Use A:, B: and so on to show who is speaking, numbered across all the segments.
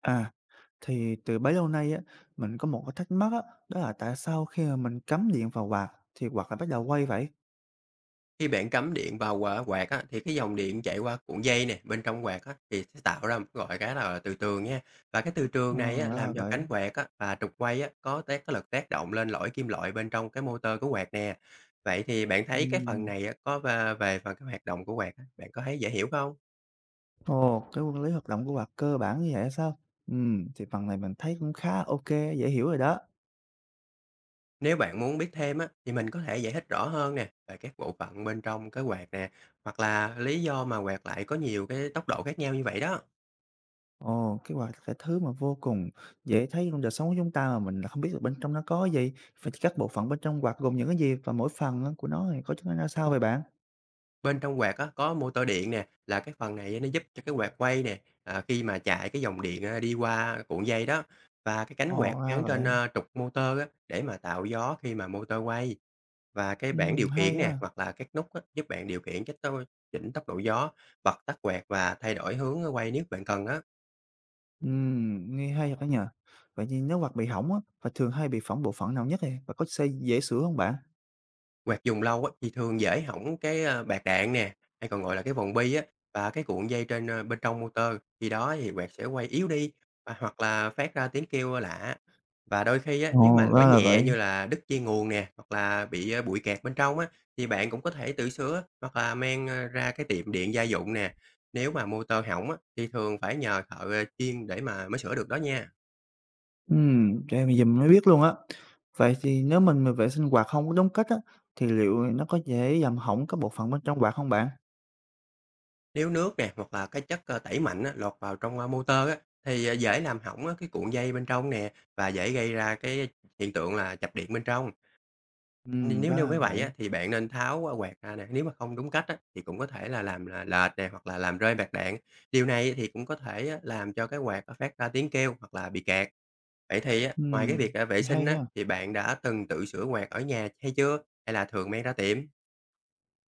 A: À, thì từ bấy lâu nay á, mình có một cái thắc mắc á, đó là tại sao khi mà mình cắm điện vào quạt thì quạt lại bắt đầu quay vậy?
B: Khi bạn cắm điện vào, quạt á, thì cái dòng điện chạy qua cuộn dây nè, bên trong quạt á, thì sẽ tạo ra một cái, gọi cái là, từ trường nha. Và cái từ trường
A: Ờ,
B: này á,
A: ra là
B: làm cho
A: vậy.
B: cánh quạt á, và trục quay á, có tác cái lực tác động lên lõi kim loại bên trong cái motor của quạt nè. Vậy thì bạn thấy cái phần
A: Ừm.
B: này á, có va về phần cái hoạt động của quạt á, bạn có thấy dễ hiểu không?
A: Ồ, cái nguyên lý hoạt động của quạt cơ bản như vậy sao? Thì phần này mình thấy cũng khá ok, dễ hiểu rồi đó.
B: Nếu bạn muốn biết thêm á, thì mình có thể giải thích rõ hơn nè, về các bộ phận bên trong cái quạt nè, hoặc là lý do mà quạt lại có nhiều cái tốc độ khác nhau như vậy đó.
A: Ồ, cái quạt là cái thứ mà vô cùng dễ thấy trong đời sống của chúng ta mà mình là không biết được bên trong nó có gì. Vậy thì các bộ phận bên trong quạt gồm những cái gì và mỗi phần á, của nó thì có chức năng ra sao vậy bạn?
B: Bên trong quạt á, có motor điện nè, là cái phần này nó giúp cho cái quạt quay nè, khi mà chạy cái dòng điện, đi qua cuộn dây đó. Và cái cánh quạt
A: Ồ, ra
B: gắn trên,
A: vậy.
B: trục motor á, để mà tạo gió khi mà motor quay. Và cái bảng điều
A: Hay
B: khiển
A: ha.
B: nè, hoặc là các nút á, giúp bạn điều khiển cách tôi chỉnh tốc độ gió, bật tắt quạt và thay đổi hướng quay nếu bạn cần á.
A: Nghe hay thật đó nhỉ. Vậy thì nếu vặt bị hỏng á, và thường hay bị phỏng bộ phận nào nhất này? Và có xây dễ sửa không bạn?
B: Quạt dùng lâu á, thì thường dễ hỏng cái, bạc đạn nè, hay còn gọi là cái vòng bi á, và cái cuộn dây trên, bên trong motor. Khi đó thì quạt sẽ quay yếu đi, và hoặc là phát ra tiếng kêu lạ. Và đôi khi á, nếu mà
A: Ồ, ra
B: lỗi
A: là
B: nhẹ
A: vậy.
B: như là đứt dây nguồn nè, hoặc là bị, bụi kẹt bên trong á, thì bạn cũng có thể tự sửa hoặc là mang, ra cái tiệm điện gia dụng nè. Nếu mà motor hỏng á, thì thường phải nhờ thợ, chuyên để mà mới sửa được đó nha.
A: Vậy mà giờ mình mới biết luôn á. Vậy thì nếu mình mà vệ sinh quạt không có đúng cách á, thì liệu nó có dễ làm hỏng các bộ phận bên trong quạt không bạn?
B: Nếu nước nè hoặc là cái chất, tẩy mạnh á, lọt vào trong, motor á, thì, dễ làm hỏng á cái cuộn dây bên trong nè và dễ gây ra cái hiện tượng là chập điện bên trong. Nên nếu
A: Ra
B: như
A: là
B: với vậy á,
A: vậy.
B: thì bạn nên tháo, quạt ra nè, nếu mà không đúng cách á, thì cũng có thể là làm là lệch nè hoặc là làm rơi bạc đạn. Điều này thì cũng có thể á, làm cho cái quạt nó phát ra tiếng kêu hoặc là bị kẹt. Vậy thì á, ngoài cái
A: Ừm,
B: việc, vệ sinh
A: hay
B: á,
A: ha.
B: thì bạn đã từng tự sửa quạt ở nhà hay chưa? Hay là thường mang ra tiệm?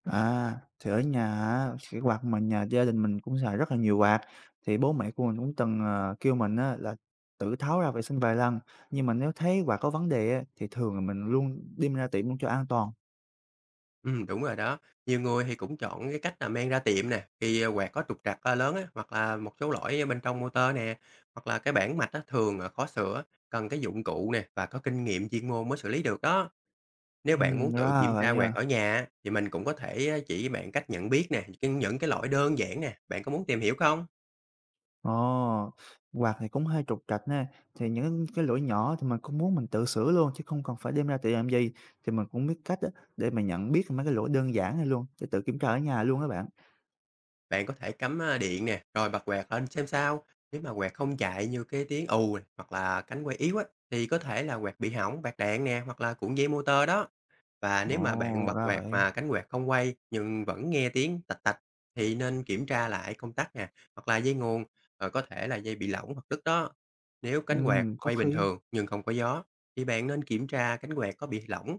A: À, thì ở nhà á, cái quạt mà nhà gia đình mình cũng xài rất là nhiều quạt, thì bố mẹ của mình cũng từng, kêu mình á là tự tháo ra vệ sinh vài lần, nhưng mà nếu thấy quạt có vấn đề á, thì thường là mình luôn đem ra tiệm luôn cho an toàn.
B: Đúng rồi đó. Nhiều người thì cũng chọn cái cách là mang ra tiệm nè, khi, quạt có trục trặc, lớn á, hoặc là một số lỗi bên trong motor nè, hoặc là cái bảng mạch á, thường, là khó sửa, cần cái dụng cụ nè và có kinh nghiệm chuyên môn mới xử lý được đó. Nếu bạn muốn
A: Ừ,
B: tự
A: ra
B: kiểm
A: vậy
B: tra quạt
A: nha.
B: ở nhà á, thì mình cũng có thể, chỉ bạn cách nhận biết nè, cái những cái lỗi đơn giản nè, bạn có muốn tìm hiểu không?
A: Ồ, quạt thì cũng hơi trục trặc nè. Thì những cái lỗi nhỏ thì mình cũng muốn mình tự sửa luôn chứ không cần phải đem ra tiệm làm gì, thì mình cũng biết cách á để mà nhận biết mấy cái lỗi đơn giản này luôn, để tự kiểm tra ở nhà luôn các bạn.
B: Bạn có thể cắm, điện nè, rồi bật quạt lên xem sao, nếu mà quạt không chạy như cái tiếng ù nè, hoặc là cánh quay yếu á, thì có thể là quạt bị hỏng, bạc đạn nè, hoặc là cuộn dây motor đó. Và nếu mà bạn
A: Ồ,
B: bật
A: ra
B: quạt
A: vậy.
B: mà cánh quạt không quay nhưng vẫn nghe tiếng tạch tạch thì nên kiểm tra lại công tắc nè, hoặc là dây nguồn, có thể là dây bị lỏng hoặc đứt đó. Nếu
A: Ừ,
B: cánh quạt
A: có
B: quay bình
A: khi.
B: thường nhưng không có gió thì bạn nên kiểm tra cánh quạt có bị lỏng,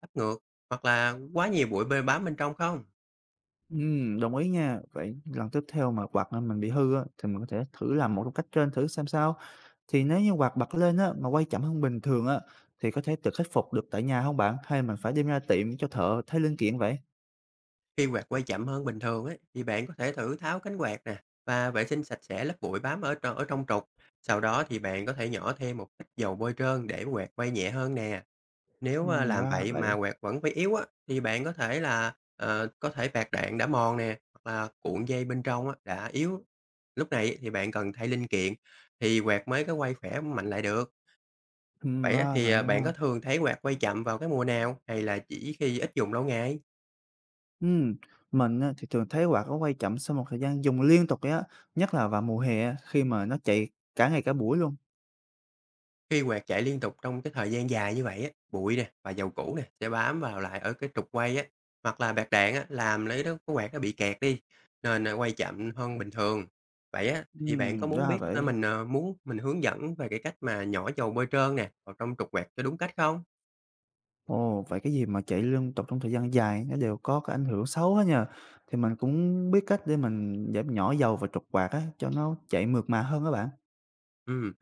B: áp ngược hoặc là quá nhiều bụi bê bám bên trong không.
A: Đồng ý nha. Vậy lần tiếp theo mà quạt mà mình bị hư á, thì mình có thể thử làm một cách trên thử xem sao. Thì nếu như quạt bật lên á, mà quay chậm hơn bình thường á, thì có thể tự khắc phục được tại nhà không bạn? Hay mình phải đem ra tiệm cho thợ thay linh kiện vậy?
B: Khi quạt quay chậm hơn bình thường ấy, thì bạn có thể thử tháo cánh quạt nè và vệ sinh sạch sẽ lớp bụi bám ở ở trong trục. Sau đó thì bạn có thể nhỏ thêm một ít dầu bôi trơn để quạt quay nhẹ hơn nè. Nếu, làm
A: Ra
B: vậy mà
A: vậy,
B: quạt vẫn phải yếu á, thì bạn có thể là, có thể bạc đạn đã mòn nè, hoặc là cuộn dây bên trong á đã yếu. Lúc này thì bạn cần thay linh kiện thì quạt mới có quay khỏe mạnh lại được. Vậy á
A: ra
B: thì,
A: vậy
B: bạn
A: ha.
B: có thường thấy quạt quay chậm vào cái mùa nào hay là chỉ khi ít dùng lâu ngày?
A: Ừm, mình á, thì thường thấy quạt nó quay chậm sau một thời gian dùng liên tục vậy á, nhất là vào mùa hè á, khi mà nó chạy cả ngày cả buổi luôn.
B: Khi quạt chạy liên tục trong cái thời gian dài như vậy á, bụi nè và dầu cũ nè sẽ bám vào lại ở cái trục quay á, hoặc là bạc đạn á, làm lấy đó cái quạt nó bị kẹt đi, nên là quay chậm hơn bình thường. Vậy á, thì bạn có muốn
A: Ra
B: biết à,
A: vậy.
B: mình à, muốn mình hướng dẫn về cái cách mà nhỏ dầu bôi trơn nè vào trong trục quạt cho đúng cách không?
A: Ồ, vậy cái gì mà chạy liên tục trong thời gian dài nó đều có cái ảnh hưởng xấu hết nha. Thì mình cũng biết cách để mình giảm nhỏ dầu và trục quạt á, cho nó chạy mượt mà hơn các bạn.
B: Ừm,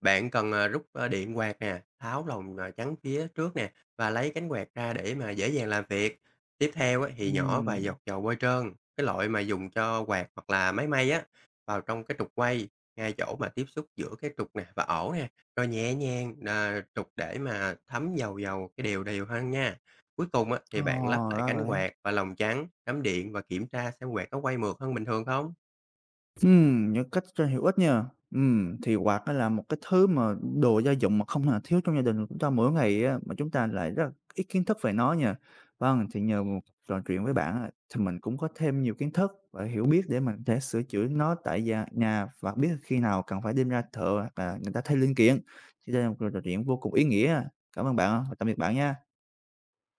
B: bạn cần, rút, điện quạt nè, tháo lồng, chắn phía trước nè và lấy cánh quạt ra để mà dễ dàng làm việc. Tiếp theo á, thì nhỏ vài
A: Ừm,
B: giọt dầu bôi trơn, cái loại mà dùng cho quạt hoặc là máy may á, vào trong cái trục quay, ngay chỗ mà tiếp xúc giữa cái trục nè và ổ nè, rồi nhẹ nhàng, trục để mà thấm dầu dầu cái đều đều hơn nha. Cuối cùng á,
A: ờ,
B: thì bạn lắp lại
A: ra
B: cánh
A: vậy.
B: quạt và lồng chắn, cắm điện và kiểm tra xem quạt có quay mượt hơn bình thường không.
A: Những cách cho hiệu ích nha. Thì quạt á là một cái thứ mà đồ gia dụng mà không thể nào thiếu trong gia đình của chúng ta mỗi ngày á, mà chúng ta lại rất là ít kiến thức về nó nha. Vâng, thì nhờ một cuộc trò chuyện với bạn á, thì mình cũng có thêm nhiều kiến thức và hiểu biết để mình có thể sửa chữa nó tại gia nhà và biết khi nào cần phải đem ra thợ hoặc là người ta thay linh kiện. Thì đây là một cuộc trò chuyện vô cùng ý nghĩa. Cảm ơn bạn và tạm biệt bạn nha.